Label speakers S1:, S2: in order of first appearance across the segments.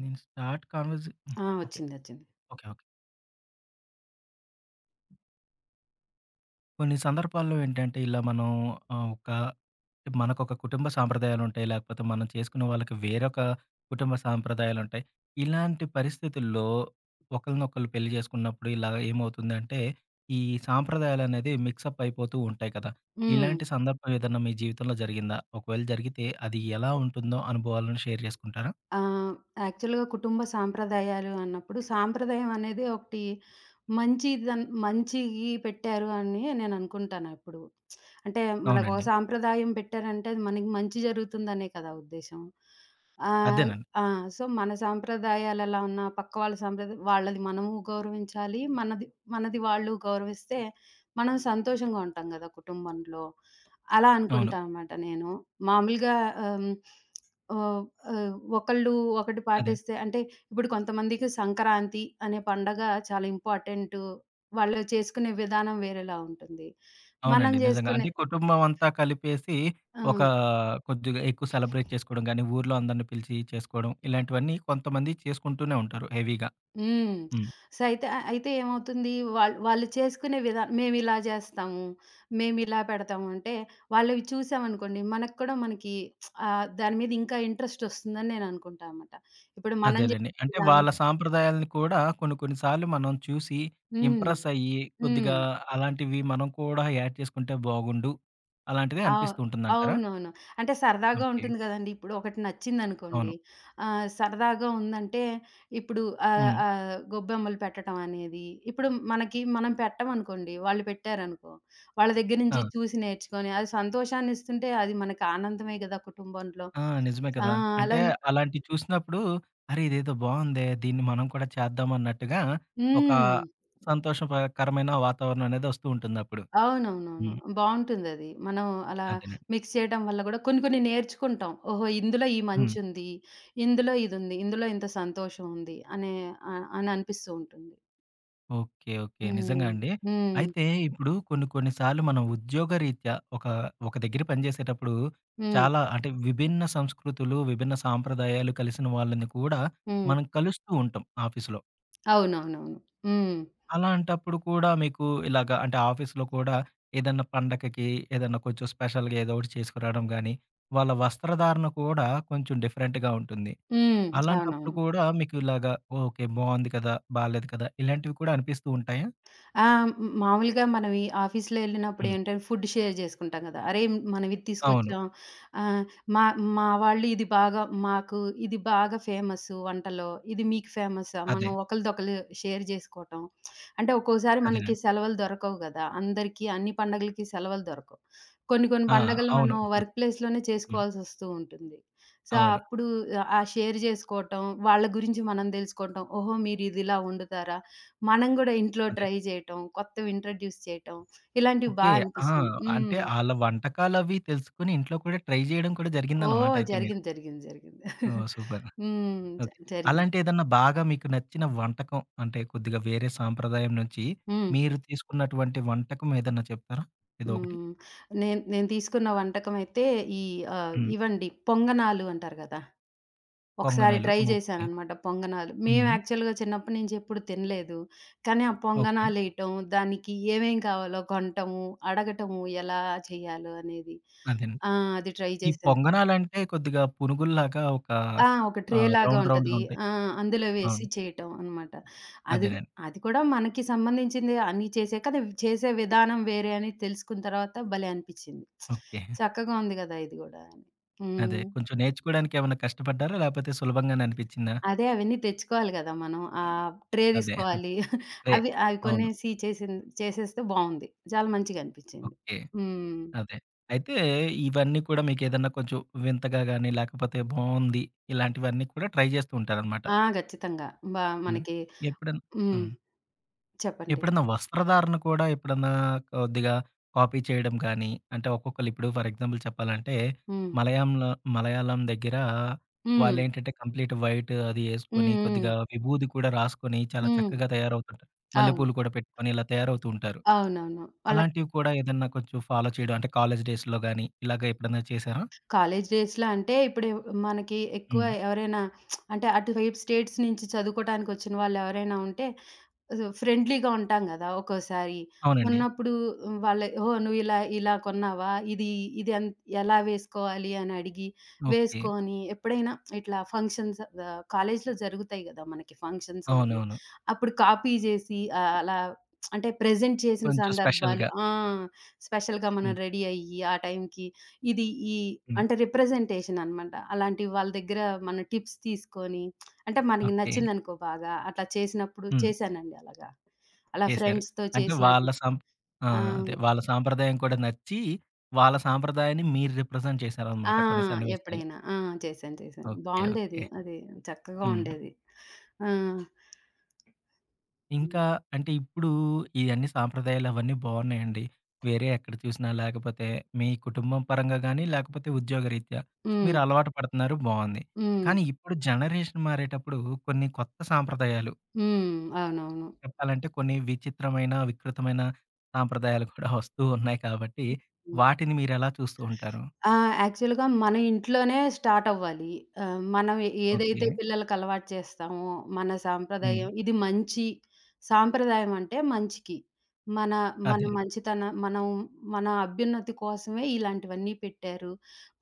S1: నేను start converge హ్మ్.
S2: ఆ!
S1: ఓకే.
S2: వచ్చిందొచ్చింది.
S1: ఓకే. ఓకే. కొన్ని సందర్భాల్లో ఏంటంటే ఇలా మనం ఆహ్, ఒక మనకొక కుటుంబ సాంప్రదాయాలుంటాయి. లేకపోతే మనం చేసుకునే వాళ్ళకి వేరొక కుటుంబ సాంప్రదాయాలుంటాయి. ఇలాంటి పరిస్థితుల్లో ఒకళ్ళనొకళ్ళు పెళ్లి చేసుకున్నప్పుడు ఇలా ఏమవుతుందంటే ఈ సాంప్రదాయాలనేది మిక్సప్ అయిపోతూ ఉంటాయి కదా!
S2: హ్మ్.
S1: ఇలాంటి సందర్భం ఏదన్నా మీ జీవితంలో జరిగిందా? ఒకవేళ జరిగితే అది ఎలా ఉంటుందో అనుభవాలను షేర్ చేసుకుంటారా?
S2: ఆహ్, యాక్చువల్‌గా కుటుంబ సాంప్రదాయాలు అన్నప్పుడు సాంప్రదాయం అనేది ఒకటి మంచియి పెట్టారు అని నేననుకుంటాను ఎప్పుడు. అంటే మనకు ఒక
S1: అవునండి.
S2: సాంప్రదాయం పెట్టారంటే అది మనకి మంచి జరుగుతుందనే కదా ఉద్దేశ్యం. ఆహ్,
S1: అదేనండి.
S2: ఆ! సో, మన సాంప్రదాయాలు ఎలా ఉన్నా పక్క వాళ్ళ సాంప్రదాయం వాళ్ళది మనము గౌరవించాలి. మనది మనది వాళ్ళు గౌరవిస్తే మనం సంతోషంగా ఉంటాం గదా కుటుంబంలో. అలా
S1: అవును.
S2: అనుకుంటా అనమాట నేను. మామూలుగా ఆహ్, ఓహ్, ఆహ్, ఒకళ్ళు ఒకటి
S1: అదే.
S2: పాటిస్తే అంటే ఇప్పుడు కొంతమందికి సంక్రాంతి అనే పండగ చాలా ఇంపార్టెంటు. వాళ్ళు చేసుకునే విధానం వేరేలా ఉంటుంది. మనం
S1: అవునండి. నిజంగా.
S2: చేసుకునే
S1: అంటే కుటుంబం అంతా కలిపేసి
S2: ఆ!
S1: ఒక కొద్దిగా ఎక్కువ సెలబ్రేట్ చేసుకోవడం గాని, ఊర్లో అందరిని పిలిచి చేసుకోవడం ఇలాంటివన్నీ కొంతమంది చేసుకుంటూనే ఉంటారు హెవీగా.
S2: హ్మ్.
S1: హ్మ్.
S2: సో, అయితే ఏమవుతుంది వాళ్ళు చేసుకునే విధానం మేమిలా చేస్తాము, మేమిలా పెడతాము అంటే వాళ్ళవి చూసామనుకోండి మనకు కూడా మనకి దాని మీద ఇంకా ఇంట్రెస్ట్ వస్తుందని నేను అనుకుంటా అనమాట. ఇప్పుడు మనం
S1: అదేలెండి.
S2: చేసే
S1: అంటే
S2: దాన్ని
S1: వాళ్ళ సాంప్రదాయాలను కూడా కొన్ని కొన్ని సార్లు మనం చూసి
S2: హ్మ్.
S1: ఇంప్రెస్ అయ్యి
S2: హ్మ్.
S1: కొద్దిగా అలాంటివి మనం కూడా యాడ్ చేసుకుంటే బాగుండు అలాంటిది
S2: అవ్
S1: అనిపిస్తూ ఉంటుందంటారా?
S2: అవునవును. అంటే సరదాగా
S1: ఓకే.
S2: ఉంటుంది గదండీ! ఇప్పుడు ఒకటి నచ్చిందనుకోండి.
S1: అవును.
S2: సరదాగా ఉందంటే ఇప్పుడు ఆహ్,
S1: హ్మ్.
S2: ఆహ్, గొబ్బెమ్మలు పెట్టటం అనేది, ఇప్పుడు మనకి మనం పెట్టమనుకోండి, వాళ్ళు పెట్టారనుకో, వాళ్ళ దగ్గర
S1: ఆ!
S2: నుంచి చూసి నేర్చుకొని అది సంతోషాన్నిస్తుంటే అది మనకి ఆనందమే గదా! కుటుంబంలో.
S1: ఆ! నిజమే
S2: ఆ!
S1: కదా! అంటే
S2: అలా
S1: అలాంటివి చూసినప్పుడు, అరే! ఇదేదో బావుందే! దీన్ని మనం కూడా చేద్దాం అన్నట్టుగా ఒక
S2: హ్మ్.
S1: సంతోషకరమైన వాతావరణం అనేది వస్తూ ఉంటుందప్పుడు.
S2: అవునవునవును.
S1: హ్మ్.
S2: బావుంటుందది. మనం అలా
S1: అదేనండి.
S2: మిక్స్ చేయడం వల్ల గూడా కొన్ని కొన్ని నేర్చుకుంటాం. ఓహో! ఇందులో ఈ
S1: హ్మ్.
S2: మంచుంది. ఇందులో ఇదుంది. ఇందులో ఇంత సంతోషం ఉంది అనే అని అనిపిస్తూ ఉంటుంది.
S1: ఓకే. ఓకే. నిజంగా
S2: హ్మ్.
S1: అండి.
S2: హ్మ్.
S1: అయితే ఇప్పుడు కొన్ని కొన్ని సార్లు మనం ఉద్యోగరీత్యా ఒక దగ్గర పనిచేసేటప్పుడు
S2: హ్మ్.
S1: చాలా అంటే విభిన్న సంస్కృతులు, విభిన్న సాంప్రదాయాలు కలిసిన వాళ్ళని కూడా
S2: హ్మ్.
S1: మనం కలుస్తూ ఉంటాం ఆఫీస్‌లో.
S2: అవునవునవును. హ్మ్.
S1: అలాంటప్పుడు కూడా మీకు ఇలాగ అంటే ఆఫీస్‌లో కూడా ఏదన్నా పండగకి ఏదన్నా కొంచెం స్పెషల్‌గా ఏదో ఒకటి చేసుకురావడం గాని, వాళ్ళ వస్త్రధారణ కూడా కొంచెం డిఫరెంట్‌గా ఉంటుంది.
S2: హ్మ్.
S1: అలాంటప్పుడు
S2: అవునవును.
S1: కూడా మీకు ఇలాగ ఓకే. బావుంది కదా! బాలేదు కదా! ఇలాంటివి కూడా అనిపిస్తూ ఉంటాయా?
S2: ఆ! హ్మ్. మామూలుగా మనం ఈ ఆఫీస్‌లో ఎళ్ళినప్పుడు
S1: హ్మ్.
S2: ఏంటంటే ఫుడ్ షేర్ చేసుకుంటాం కదా! అరేయ్! మనం ఇది
S1: అవును.
S2: తీసుకొచ్చాం. ఆహ్, మా మా వాళ్ళు ఇది బాగా మాకు ఇది బాగా ఫేమసు వంటలో. ఇది మీకు ఫేమసా?
S1: అదే.
S2: మనం ఒకళ్ళదొకళ్ళు షేర్ చేసుకోవటం. అంటే ఒక్కోసారి మనకి
S1: అదేనండి.
S2: సెలవులు దొరకవు కదా! అందరికీ అన్ని పండగలకి సెలవులు దొరకవు. కొన్ని కొన్ని
S1: ఆ!
S2: పండగలు
S1: అవును.
S2: మనం వర్క్ ప్లేస్‌లోనే
S1: హ్మ్.
S2: చేసుకోవాల్సొస్తూ ఉంటుంది. సో,
S1: అవును.
S2: అప్పుడు ఆ షేర్ చేసుకోవటం, వాళ్ళ గురించి మనం తెలుసుకోవటం. ఓహో! మీరు ఇది ఇలా వండుతారా? మనం గూడా ఇంట్లో
S1: అదే.
S2: ట్రై జేయటం, కొత్తవి ఇంట్రొడ్యూస్ చేయటం, ఇలాంటివి బా
S1: ఓకే. ఆ!
S2: అనిపిస్తుంది.
S1: అంటే
S2: హ్మ్.
S1: ఆళ్ళ వంటకాలవి తెలుసుకొని ఇంట్లో కూడా ట్రై జేయడం కూడా జరిగిందన్నమాట
S2: ఓహ్!
S1: అయితే మీరు.
S2: జరిగింది. జరిగింది. జరిగింది.
S1: ఓహ్! సూపర్.
S2: హ్మ్. జ
S1: ఓకే.
S2: జరిగింది.
S1: అలాంటి ఏదన్నా బాగా మీకు నచ్చిన వంటకం అంటే కొద్దిగా వేరే సాంప్రదాయం నుంచి
S2: హ్మ్.
S1: మీరు తీసుకున్నటువంటి వంటకం ఏదన్నా చెప్తారా? ఏదోకటి.
S2: హ్మ్. నేను నేను తీసుకున్న వంటకమయితే ఈ
S1: హ్మ్.
S2: ఇవండి పొంగనాలు అంటారు గదా! ఒకసారి
S1: పొంగనాలు.
S2: Try
S1: okay.
S2: జేశాననమాట పొంగనాలు. మేము
S1: హ్మ్.
S2: యాక్చువల్‌గా చిన్నప్పటి నుంచి ఎప్పుడు తినలేదు. కానీ ఆ
S1: ఓకే.
S2: పొంగనాలేయటం, దానికి ఏమేం కావాలో కొనటము, అడగటము ఎలా చేయాలో అనేది.
S1: అదేనండి.
S2: ఆ! అది ట్రై
S1: ఈ
S2: చేశాను.
S1: పొంగనాలంటే కొద్దిగా పునుగుల్లాగా ఒక
S2: ఆ! ఒక ట్రే లాగా
S1: రౌండ్
S2: ఉంటది.
S1: రౌండ్‌గా ఉంటాయి.
S2: ఆ! అందులో వేసి
S1: అవును.
S2: చేయటం అనమాట. అది గు
S1: అదేనండి.
S2: అది కూడా మనకి సంబంధించింది అన్నీ చేసాక అది చేసే విధానం వేరే అని తెలుసుకున్న తర్వాత భలే అనిపిచ్చింది.
S1: ఓకే.
S2: చక్కగా ఉంది గదా! ఇది గూడా అని.
S1: అదే.
S2: హ్మ్.
S1: కొంచెం నేర్చుకోవడానికి ఏమన్నా కష్టపడ్డారా? లేకపోతే సులభంగానే అనిపించిందా?
S2: అదే అవన్నీ తెచ్చుకోవాలి గదా! మనం. ఆ ట్రే
S1: అదే.
S2: తీసుకోవాలి.
S1: అదే.
S2: అవి అవి
S1: అవును.
S2: కొనేసి చేసింది చేసేస్తే బావుంది. చాలా మంచిగా అనిపిచ్చింది.
S1: ఓకే.
S2: హ్మ్.
S1: అదే. అయితే ఇవన్నీ కూడా మీకేదన్నా కొంచెం వింతగా గాని, లేకపోతే బావుంది. ఇలాంటివన్నీ కూడా ట్రై జేస్తూ ఉంటారనమాట.
S2: ఆ! ఖచ్చితంగా. బా
S1: హ్మ్.
S2: మనకి
S1: ఎప్పుడన్నా
S2: హ్మ్.
S1: హ్మ్.
S2: చెప్పండి.
S1: ఎప్పుడన్నా వస్త్రధారణ కూడా ఎప్పుడన్నా కొద్దిగా కాపీ చేయడం గాని, అంటే ఒక్కొక్కళ్ళిప్పుడు ఫర్ ఎగ్జాంపుల్ చెప్పాలంటే,
S2: హ్మ్.
S1: మలయాంలో మలయాళం దగ్గర
S2: హ్మ్.
S1: వాళ్ళేంటంటే కంప్లీట్ వైట్ అది యేసుకొని,
S2: హ్మ్. హ్మ్.
S1: కొద్దిగా విభూది కూడా రాసుకొని, చాలా
S2: హ్మ్.
S1: చక్కగా తయారవుతుంటారు.
S2: అవును.
S1: మల్లెపూలు కూడా పెట్టుకొని ఇలా తయారవుతూ ఉంటారు.
S2: అవునవును. వాళ్ళ
S1: అలాంటివి కూడా ఏదన్నా కొంచెం ఫాలో చేయడం అంటే కాలేజ్ డేస్‌లో గాని, ఇలాగ ఎప్పుడన్నా చేశారా?
S2: కాలేజ్ డేస్‌లో అంటే ఇప్పుడు మనకి ఎక్కువ
S1: హ్మ్.
S2: ఎవరైనా అంటే అటువైపు స్టేట్స్ నుంచి చదువుకోవటానికొచ్చిన వాళ్ళెవరైనా ఉంటే సో, ఫ్రెండ్లీగా ఉంటాం గదా! ఒక్కోసారి.
S1: అవునండి.
S2: ఉన్నప్పుడు హ్మ్, వాళ్ళే ఓహ్! నువ్వు ఇలా ఇలా కొన్నావా? ఇది ఇది ఎలా వేసుకోవాలి అని అడిగి
S1: ఓకే.
S2: వేసుకొని ఎప్పుడైనా ఇట్లా ఫంక్షన్స్ కాలేజీలో జరుగుతాయి గదా! మనకి ఫంక్షన్స్ అవి.
S1: అవునవును.
S2: అప్పుడు కాపీ జేసి అలా అంటే ప్రెజెంట్ చేసిన
S1: కొంచెం స్పెషల్‌గా.
S2: సందర్భాలు ఆ! స్పెషల్‌గా మనం
S1: అంతే.
S2: రెడీ అయ్యి ఆ టైంకి ఇది ఈ
S1: హ్మ్.
S2: అంటే రిప్రజెంటేషన్ అనమాట. అలాంటివి వాళ్ళ దగ్గర మన టిప్స్ తీసుకొని అంటే మనకి
S1: ఓకే.
S2: నచ్చిందనుకో బాగా. అట్లా చేసినప్పుడు
S1: హ్మ్.
S2: చేశానండి అలాగా. అలా
S1: చేశారు.
S2: ఫ్రెండ్స్‌తో
S1: అంటే వాళ్ళ
S2: చేసినట్టు
S1: సం ఆ!
S2: ఆ!
S1: అదే వాళ్ళ సాంప్రదాయం కూడా నచ్చి, వాళ్ళ సాంప్రదాయాన్ని మీరు రిప్రజెంట్
S2: ఆ!
S1: చేశారనమాట కొన్ని సన్నివేశాల్లో.
S2: ఎప్పుడైనా. ఆ! చేశాను. చేశాను.
S1: ఓకే.
S2: బావుండేది.
S1: ఓకే.
S2: అది చక్కగా
S1: హ్మ్.
S2: ఉండేది. ఆ! హ్మ్.
S1: ఇంకా అంటే ఇప్పుడు ఇయన్నీ సాంప్రదాయాలు అవన్నీ బావున్నాయండి. వేరే ఎక్కడ చూసినా లేకపోతే మీ కుటుంబం పరంగా గానీ, లేకపోతే ఉద్యోగరీత్యా
S2: హ్మ్.
S1: మీరు అలవాటు పడుతున్నారు బావుంది.
S2: హ్మ్.
S1: కానీ ఇప్పుడు జనరేషన్ మారేటప్పుడు కొన్ని కొత్త సాంప్రదాయాలు
S2: హ్మ్. అవునవును.
S1: చెప్పాలంటే కొన్ని విచిత్రమైన, వికృతమైన సాంప్రదాయాలు కూడా వస్తూ ఉన్నాయి కాబట్టి,
S2: హ్మ్.
S1: వాటిని మీరెలా చూస్తూ ఉంటారు?
S2: ఆ! యాక్చువల్‌గా మన ఇంట్లోనే స్టార్ట్ అవ్వాలి. మనం
S1: ఓకే.
S2: ఏదైతే పిల్లలకి అలవాటు చేస్తామో, మన
S1: హ్మ్.
S2: సాంప్రదాయం ఇది మంచి సాంప్రదాయం అంటే మంచికి. మన మన
S1: అదే.
S2: మంచితనం మనం మన అభ్యున్నతి కోసమే ఇలాంటివన్నీ పెట్టారు.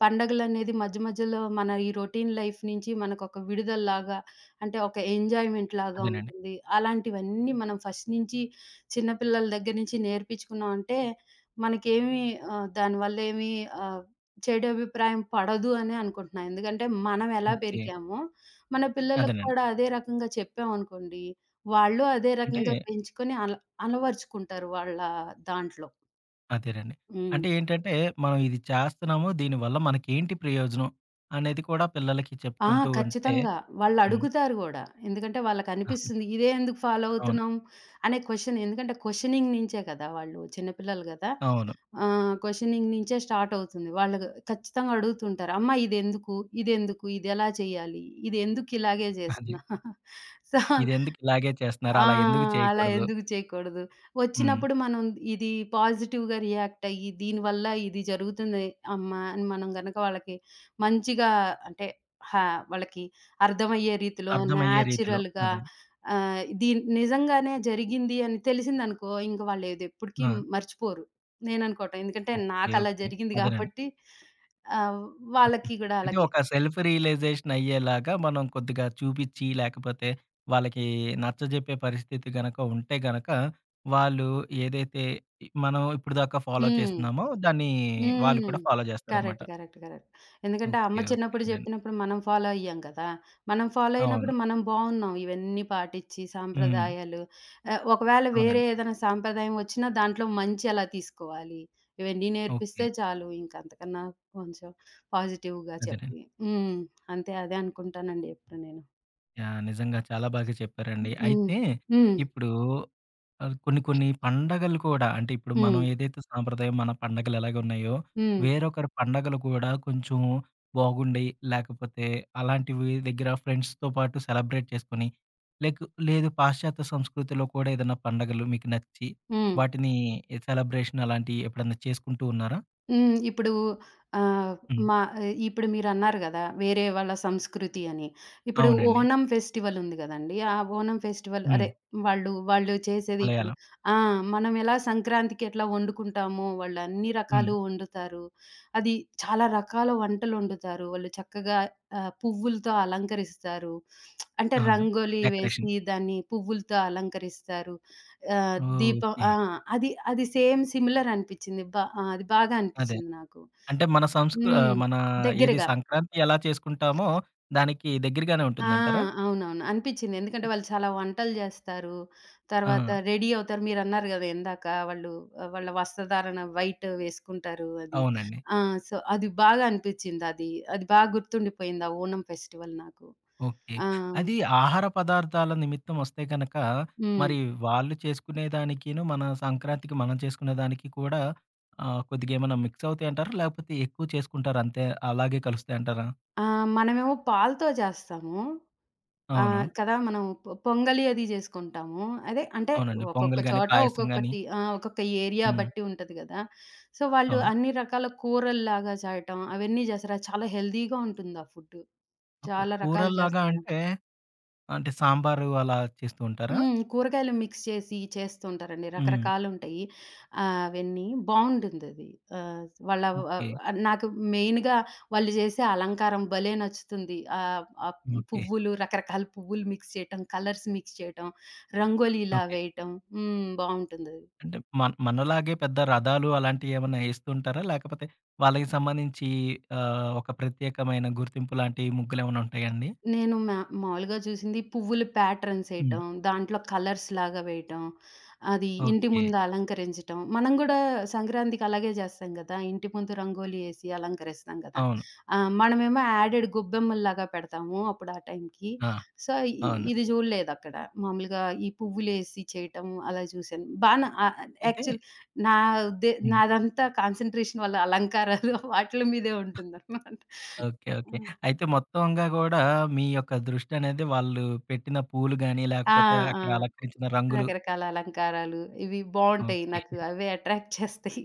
S2: పండగలనేది మధ్య మధ్యలో మన ఈ రొటీన్ లైఫ్ నుంచి మనకొక విడుదలలాగా అంటే ఒక ఎంజాయ్‌మెంట్ లాగా
S1: అదేనండి.
S2: ఉంటుంది. అలాంటివన్నీ మనం ఫస్ట్ నుంచి చిన్న పిల్లల దగ్గర నుంచి నేర్పించుకున్నాం అంటే మనకేమి దానివల్ల ఏమి ఆహ్ చెడు అభిప్రాయం పడదు అనే అనుకుంటున్నాను. ఎందుకంటే మనం ఎలా
S1: ఓకే.
S2: పెరిగామో, మన పిల్లలకు
S1: అదేనండి.
S2: కూడా అదే రకంగా చెప్పామనుకోండి, వాళ్ళు అదే
S1: అంటే
S2: రకంగా పెంచుకొని అలవరుచుకుంటారు వాళ్ళ దాంట్లో.
S1: అదేనండి.
S2: హ్మ్.
S1: అంటే ఏంటంటే, మనం ఇది చేస్తున్నాము, దీనివల్ల మనకేంటి ప్రయోజనం అనేది కూడా పిల్లలకి
S2: ఆ!
S1: చెప్పుకుంటూ ఉంటే
S2: ఖచ్చితంగా.
S1: హ్మ్.
S2: వాళ్ళడుగుతారు గూడా. ఎందుకంటే వాళ్ళకనిపిస్తుంది. ఇదే ఎందుకు ఫాలో
S1: అవును.
S2: అవుతున్నాం అనే క్వెషన్ ఎందుకంటే క్వెషనింగ్ నించే కదా! వాళ్ళు చిన్న పిల్లలు గదా!
S1: అవును.
S2: క్వెషనింగ్ నించే స్టార్ట్ అవుతుంది. వాళ్ళు ఖచ్చితంగా అడుగుతుంటారు. అమ్మ ఇదెందుకు? ఇదెందుకు? ఇదెలా చేయాలి? ఇది ఎందుకు ఇలాగే
S1: అదే.
S2: జేస్తున్నా? సో
S1: ఇదెందుకు ఇలాగే చేస్తున్నారు?
S2: ఆ!
S1: అలా ఎందుకు
S2: అలా
S1: చేయకూడదు?
S2: ఎందుకు చేయకూడదు?
S1: హ్మ్.
S2: వచ్చినప్పుడు మనం ఇది పాజిటివ్‌గా రియాక్ట్ అయ్యి, దీనివల్ల ఇది జరుగుతుంది అమ్మా! అని మనం గనక వాళ్ళకి మంచిగా అంటే హా వాళ్ళకి అర్థమయ్యే రీతిలో
S1: అర్థమయ్యే రీతిలో.
S2: న్యాచురల్‌గా
S1: అదే.
S2: ఇది నిజంగానే జరిగింది అని తెలిసిందనుకో, ఇంక వాళ్ళు ఇది ఎప్పటికీ
S1: ఆ!
S2: మర్చిపోరు. నేననుకోవటం. ఎందుకంటే
S1: ఓకే.
S2: నాకు అలా
S1: ఓకే.
S2: జరిగింది
S1: అదేనండి.
S2: కాబట్టి ఆహ్, వాళ్ళకి కూడా
S1: అంటే
S2: అలాగే
S1: ఒక సెల్ఫ్ రియలైజేషన్ అయ్యేలాగా మనం కొద్దిగా చూపిచ్చి, లేకపోతే వాళ్ళకి నచ్చజెప్పే పరిస్థితి గనక ఉంటే గనక, వాళ్ళు ఏదైతే మనం ఇప్పటిదాకా ఫాలో
S2: హ్మ్.
S1: చేస్తున్నామో దాన్ని వాళ్ళు
S2: హ్మ్.
S1: కూడా ఫాలో జేస్తారనమాట.
S2: కరెక్ట్. కరెక్ట్. కరెక్ట్. ఎందుకంటే
S1: ఓకే.
S2: అమ్మ
S1: ఓకే.
S2: చిన్నప్పుడు
S1: అదేనండి.
S2: చెప్పినప్పుడు మనం ఫాలో అయ్యాం కదా! మనం ఫాలో
S1: అవును.
S2: అయినప్పుడు మనం బావున్నాం. ఇవన్నీ పాటిచ్చి
S1: హ్మ్.
S2: సాంప్రదాయాలు ఒకవేళ వేరే
S1: అవునండి.
S2: ఏదైనా సాంప్రదాయం వచ్చినా దాంట్లో మంచి ఎలా తీసుకోవాలి. ఇవన్నీ
S1: ఓకే.
S2: నేర్పిస్తే చాలు. ఇంక అంతకన్నా కొంచెం పాజిటివ్‌గా
S1: అదేనండి.
S2: చెప్పి హ్మ్. అంతే అదే అనుకుంటానండి ఎప్పుడు నేను.
S1: యాహ్! నిజంగా చాలా బాగా చెప్పారండి.
S2: హ్మ్.
S1: అయితే
S2: హ్మ్.
S1: ఇప్పుడు కొన్ని కొన్ని పండగలు కూడా అంటే ఇప్పుడు మనం
S2: హ్మ్.
S1: ఏదైతే సాంప్రదాయం మన పండగలు ఎలాగున్నాయో,
S2: హ్మ్.
S1: వేరొకరి పండగలు కూడా కొంచెం బాగుండయి, లేకపోతే అలాంటివి దగ్గర ఫ్రెండ్స్‌తో పాటు సెలబ్రేట్ చేసుకొని, లేక్ లేదు పాశ్చాత్య సంస్కృతిలో కూడా ఏదైనా పండగలు మీకు నచ్చి,
S2: హ్మ్. హ్మ్.
S1: వాటిని సెలబ్రేషన్ అలాంటివి ఎప్పుడన్నా చేసుకుంటూ ఉన్నారా?
S2: హ్మ్. ఇప్పుడు ఆహ్,
S1: హ్మ్.
S2: మా ఇప్పుడు మీరన్నారు గదా! వేరే వాళ్ళ సంస్కృతి అని. ఇప్పుడు
S1: అవునండి.
S2: ఓనం ఫెస్టివల్ ఉంది గదండీ! ఆ ఓనం ఫెస్టివల్
S1: హ్మ్.
S2: అదే వాళ్ళు చేసేది ఇప్పుడు
S1: మలయాళం.
S2: ఆ! మనం ఎలా సంక్రాంతికి ఎట్లా వండుకుంటామో, వాళ్ళు అన్ని
S1: హ్మ్.
S2: రకాలు వండుతారు. అది చాలా రకాల వంటలొండుతారు. వాళ్ళు చక్కగా పువ్వులతో అలంకరిస్తారు. అంటే
S1: అవును.
S2: రంగోలి
S1: డెకరేషన్.
S2: వేసి దాన్ని పువ్వులతో అలంకరిస్తారు. దీపం
S1: ఓకే.
S2: ఆ! అది అది సేమ్ సిమిలర్ అనిపిచ్చింది. బా అది బాగా
S1: అదే.
S2: అనిపిచ్చింది నాకు.
S1: అంటే మన సంస్కృ
S2: హ్మ్.
S1: ఆహ్, మన ఏది
S2: దగ్గరగా.
S1: సంక్రాంతి ఎలా చేసుకుంటామో దానికి దగ్గరగానే
S2: ఆ!
S1: ఉంటుందంటారా?
S2: అవునవును. అనిపిచ్చింది. ఎందుకంటే వాళ్ళు చాలా వంటలు జేస్తారు.
S1: ఆ!
S2: తర్వాత రెడీ అవుతారు. మీరన్నారు గదా! ఇందాక వాళ్ళు వాళ్ళ వస్త్రధారణ వైట్ వేసుకుంటారు అది.
S1: అవునండి.
S2: ఆ! సో, అది బాగా అనిపిచ్చింది. అది, అది బాగా గుర్తుండిపోయింది ఆ ఓణం ఫెస్టివల్ నాకు.
S1: ఓకే.
S2: ఆ!
S1: అది ఆహార పదార్థాల నిమిత్తం వస్తే గనక,
S2: హ్మ్.
S1: మరి వాళ్ళు చేసుకునే దానికిను, మన సంక్రాంతికి మనం చేసుకునే దానికి కూడా కొద్దిగా ఏమన్నా మిక్స్ అవుతాయంటారా? లేకపోతే ఎక్కువ చేసుకుంటారా అంతే అలాగే కలుస్తాయంటారా?
S2: ఆ! మనమేమో పాలతో జేస్తాము. ఆ!
S1: అవును.
S2: కదా! మనం పొంగలి అది జేసుకుంటాము. అదే అంటే
S1: అవునండి.
S2: ఒక్కొక్క
S1: పొంగల్ గాని,
S2: చోట
S1: పాయసం గాని.
S2: ఒక్కొక్కటి ఆ! ఒక్కొక్క ఏరియా
S1: హ్మ్.
S2: బట్టి ఉంటది గదా! సో, వాళ్ళు
S1: అవును.
S2: అన్ని రకాల కూరల్లాగా చేయటం అవన్నీ జేస్తారు. అది చాలా హెల్తీగా ఉంటుంది ఆ ఫుడ్.
S1: ఓకే.
S2: చాలా రకాలు
S1: కూరల్లాగా
S2: జేస్తారు.
S1: అంటే, అంటే సాంబారు అలా చేస్తూ ఉంటారా?
S2: హ్మ్. కూరగాయలు మిక్స్ చేసి చేస్తుంటారండి.
S1: హ్మ్.
S2: రకరకాలుంటాయి. అవన్నీ బావుంటుందది. ఆహ్, వాళ్ళ
S1: ఓకే.
S2: ఆహ్, నాకు మెయిన్‌గా వాళ్ళు చేసే అలంకారం భలే నచ్చుతుంది. ఆ
S1: ఓకే.
S2: పువ్వులు రకరకాల పువ్వులు మిక్స్ చేయటం, కలర్స్ మిక్స్ చేయటం, రంగోలీలా
S1: ఓకే.
S2: వేయటం హ్మ్. బావుంటుందది.
S1: అంటే మన మనలాగే పెద్ద రథాలు అలాంటియేమన్నా ఏస్తుంటారా? లేకపోతే వాళ్ళకి సంబంధించి ఒక ప్రత్యేకమైన గుర్తింపు లాంటి ముగ్గులేమన్నా ఉంటాయా అండి?
S2: నేను మా మామూలుగా చూసింది పువ్వులు ప్యాటర్న్స్
S1: హ్మ్.
S2: ఏయటం. దాంట్లో కలర్స్ లాగా వేయటం. అది ఇంటి
S1: ఓకే.
S2: ముందు అలంకరించటం. మనం గూడా సంక్రాంతికి అలాగే జేస్తాం గదా! ఇంటి ముందు రంగోలి యేసి అలంకరిస్తాం గదా!
S1: అవును.
S2: మనమేమో యాడెడ్ గొబ్బెమ్మల్లాగా పెడతాము అప్పుడు ఆ టైంకి.
S1: ఆ!
S2: సో, ఇ
S1: అవును.
S2: ఇది జూడలేదక్కడ. మామూలుగా ఈ పువ్వులేసి చేయటం అలా చూశాను. బానే ఆహ్,
S1: అయితే
S2: యాక్చువల్ నా ఉద్దే
S1: హ్మ్.
S2: నాదంతా కాన్సంట్రేషన్ వాళ్ళ అలంకారాలు వాటిల మీదే ఉంటుందనమాట.
S1: ఓకే. ఓకే. అయితే మొత్తంగా గూడా మీ యొక్క దృష్టనేది వాళ్ళు పెట్టిన పూలు గాని,
S2: ఆ!
S1: లేకపోతే
S2: ఆ!
S1: అక్కడ అలంకరించిన రంగులు
S2: రకరకాల అలంకారాలు ఇవి బావుంటాయి.
S1: ఓకే.
S2: నాకు అవే అట్రాక్ట్ చేస్తాయి.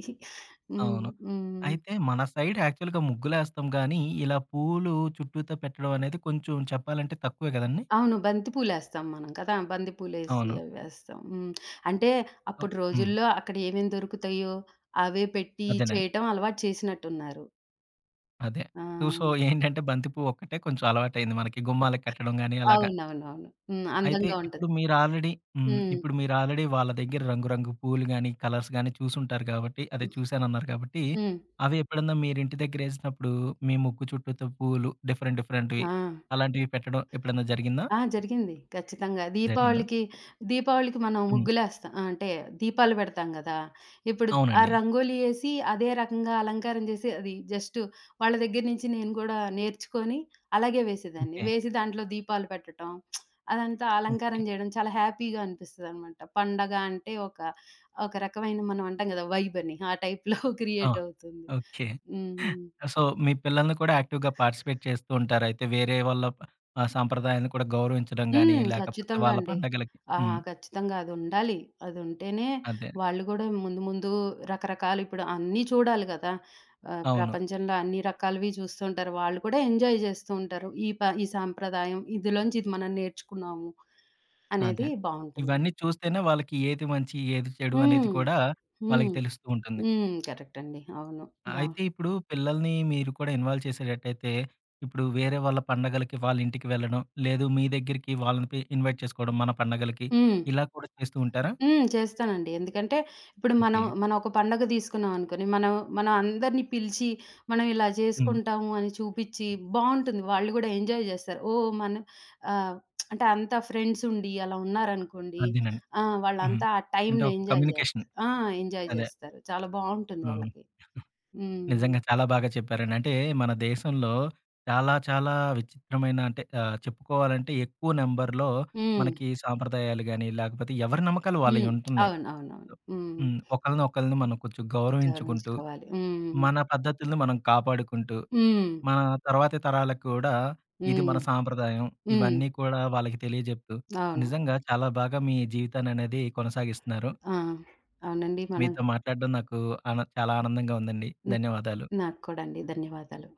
S2: హ్మ్.
S1: అవును.
S2: హ్మ్.
S1: అయితే మన సైడ్ యాక్చువల్‌గా ముగ్గులేస్తాం గానీ, ఇలా పూలు చుట్టూతా పెట్టడం అనేది కొంచెం చెప్పాలంటే తక్కువే గదండీ!
S2: అవును. బంతి పూలేస్తాం మనం కదా! బంతి పూలేసి
S1: అవును.
S2: అవి వేస్తాం. హ్మ్. అంటే
S1: ఓహ్!
S2: అప్పుడు
S1: హ్మ్.
S2: రోజుల్లో అక్కడ ఏమేం దొరుకుతాయో అవే పెట్టి
S1: అదేనండి.
S2: చేయటం అలవాటు చేసినట్టున్నారు.
S1: అదే.
S2: ఆ!
S1: సో, ఏంటంటే బంతి పువ్వు ఒక్కటే కొంచెం అలవాటయింది మనకి. గుమ్మాలకి కట్టడం గాని అలాగా.
S2: అవునవునవును. హ్మ్.
S1: అయితే
S2: అందంగా
S1: ఇప్పుడు
S2: ఉంటది.
S1: మీరు ఆల్రెడీ హ్మ్.
S2: హ్మ్.
S1: ఇప్పుడు మీరు ఆల్రెడీ వాళ్ళ దగ్గర రంగు రంగు పూలు గాని, కలర్స్ గాని చూసుంటారు కాబట్టి అదే చూసానన్నారు కాబట్టి,
S2: హ్మ్.
S1: అవి ఎప్పుడన్నా మీరింటి దగ్గరేసినప్పుడు మీ ముక్కు చుట్టూతో పూలు డిఫరెంట్ డిఫరెంట్‌వి
S2: ఆ!
S1: అలాంటివి పెట్టడం ఎప్పుడన్నా జరిగిందా?
S2: ఆ! జరిగింది. ఖచ్చితంగా.
S1: జరిగిందా?
S2: దీపావళికి, దీపావళికి మనం
S1: హ్మ్.
S2: ముగ్గులేస్తాం. అంటే దీపాలు పెడతాం గదా! ఇప్పుడు ఆ
S1: అవునండి.
S2: రంగోలి యేసి అదే రకంగా అలంకారం జేసి అది జస్ట్ వాళ్ళ దగ్గర నుంచి నేను గూడా నేర్చుకొని అలాగే వేసేదాన్ని.
S1: ఓకే.
S2: వేసి దాంట్లో దీపాలు పెట్టటం, అదంతా
S1: ఓకే.
S2: అలంకారం జేయడం చాలా హ్యాపీగా అనిపిస్తదనమాట. పండగ అంటే ఒక, ఒక రకమైన మనం అంటాం గదా! వైబని. ఆ టైప్‌లో
S1: ఆ!
S2: క్రియేట్ అవుతుంది.
S1: ఓకే.
S2: హ్మ్.
S1: సో, మీ పిల్లల్ని కూడా యాక్టివ్‌గా పార్టిసిపేట్ చేస్తూ ఉంటారయితే. వేరే వాళ్ళ సాంప్రదాయాన్ని కూడా గౌరవించడం గాని,
S2: హ్మ్.
S1: లేకపోతే
S2: ఖచ్చితంగా
S1: వాళ్ళ
S2: అండి.
S1: పండగలకి
S2: ఆ!
S1: హ్మ్.
S2: ఖచ్చితంగా అదుండాలి. అదుంటేనే
S1: అదే.
S2: వాళ్ళు గూడా ముందు ముందు రకరకాలు ఇప్పుడు అన్నీ చూడాలి గదా!
S1: అవును.
S2: ప్రపంచంలో అన్ని రకాలవి చూస్తుంటారు. వాళ్ళు కూడా ఎంజాయ్ జేస్తూ ఉంటారు. ఈ సాంప్రదాయం ఇదిలోంచి ఇది మనం నేర్చుకున్నాము
S1: అదే.
S2: అనేది బావుంటుంది.
S1: ఇవన్నీ చూస్తేనే వాళ్ళకి ఏది మంచి, ఏది చెడు అనేది
S2: హ్మ్.
S1: కూడా వాళ్ళకి
S2: హ్మ్.
S1: తెలుస్తూ ఉంటుంది.
S2: హ్మ్. కరెక్ట్ అండి. అవును. బా
S1: అయితే ఇప్పుడు పిల్లల్ని మీరు కూడా ఇన్వాల్వ్ చేసేటట్టయితే, ఇప్పుడు వేరే వాళ్ళ పండగలకి వాళ్ళ ఇంటికి వెళ్ళడం, లేదు మీ దగ్గరికి వాళ్ళని ఇన్వైట్ చేసుకోవడం మన పండగలకి,
S2: హ్మ్.
S1: ఇలా కూడా చేస్తూ ఉంటారా?
S2: హ్మ్. చేస్తానండి. ఎందుకంటే ఇప్పుడు
S1: ఓకే.
S2: మనం ఒక పండగ తీసుకున్నాం అనుకోని, మనం మనం అందరిని పిలిచి, మనం ఇలా
S1: హ్మ్.
S2: చేసుకుంటాము అని చూపిచ్చి బావుంటుంది. వాళ్ళు గూడా ఎంజాయ్ జేస్తారు. ఓహ్! మనం ఆహ్, అంటే అంతా ఫ్రెండ్స్ ఉండి అలా ఉన్నారనుకోండి,
S1: అదేనండి.
S2: ఆ!
S1: హుహు.
S2: వాళ్ళంతా ఆ
S1: అంటే
S2: టైమ్‌ని
S1: ఒక
S2: ఎంజాయ్
S1: కమ్యూనికేషన్.
S2: జేస్తారు. ఆ! ఎంజాయ్
S1: అదే.
S2: జేస్తారు. చాలా బావుంటుంది
S1: హ్మ్.
S2: వాళ్ళకి. హ్మ్.
S1: నిజంగా చాలా బాగా చెప్పారండి. అంటే మన దేశంలో చాలా చాలా విచిత్రమైన అంటే చెప్పుకోవాలంటే ఎక్కువ నెంబర్‌లో
S2: హ్మ్.
S1: మనకి సాంప్రదాయాలు గాని, లేకపోతే ఎవరి నమ్మకాలు వాళ్ళయి
S2: హ్మ్.
S1: ఉంటున్నాయి.
S2: అవును. అవునవును. హ్మ్.
S1: హ్మ్. ఒకళ్ళని ఒకళ్ళని మనం కొంచెం గౌరవించుకుంటూ,
S2: గౌరవించుకోవాలి. హ్మ్.
S1: మన పద్ధతులను మనం కాపాడుకుంటూ,
S2: హ్మ్.
S1: మన తర్వాతి తరాలకు కూడా ఇది మన
S2: హ్మ్.
S1: సాంప్రదాయం.
S2: హ్మ్.
S1: ఇవన్నీ కూడా వాళ్ళకి తెలియజెప్తూ,
S2: అవును.
S1: నిజంగా చాలా బాగా మీ జీవితాన్ని అనేది కొనసాగిస్తున్నారు.
S2: ఆ! అవునండి. మనం
S1: మీతో మాట్లాడడం నాకు చాలా ఆనందంగా ఉందండి. ధన్యవాదాలు.
S2: నాకు కూడా అండి. ధన్యవాదాలు.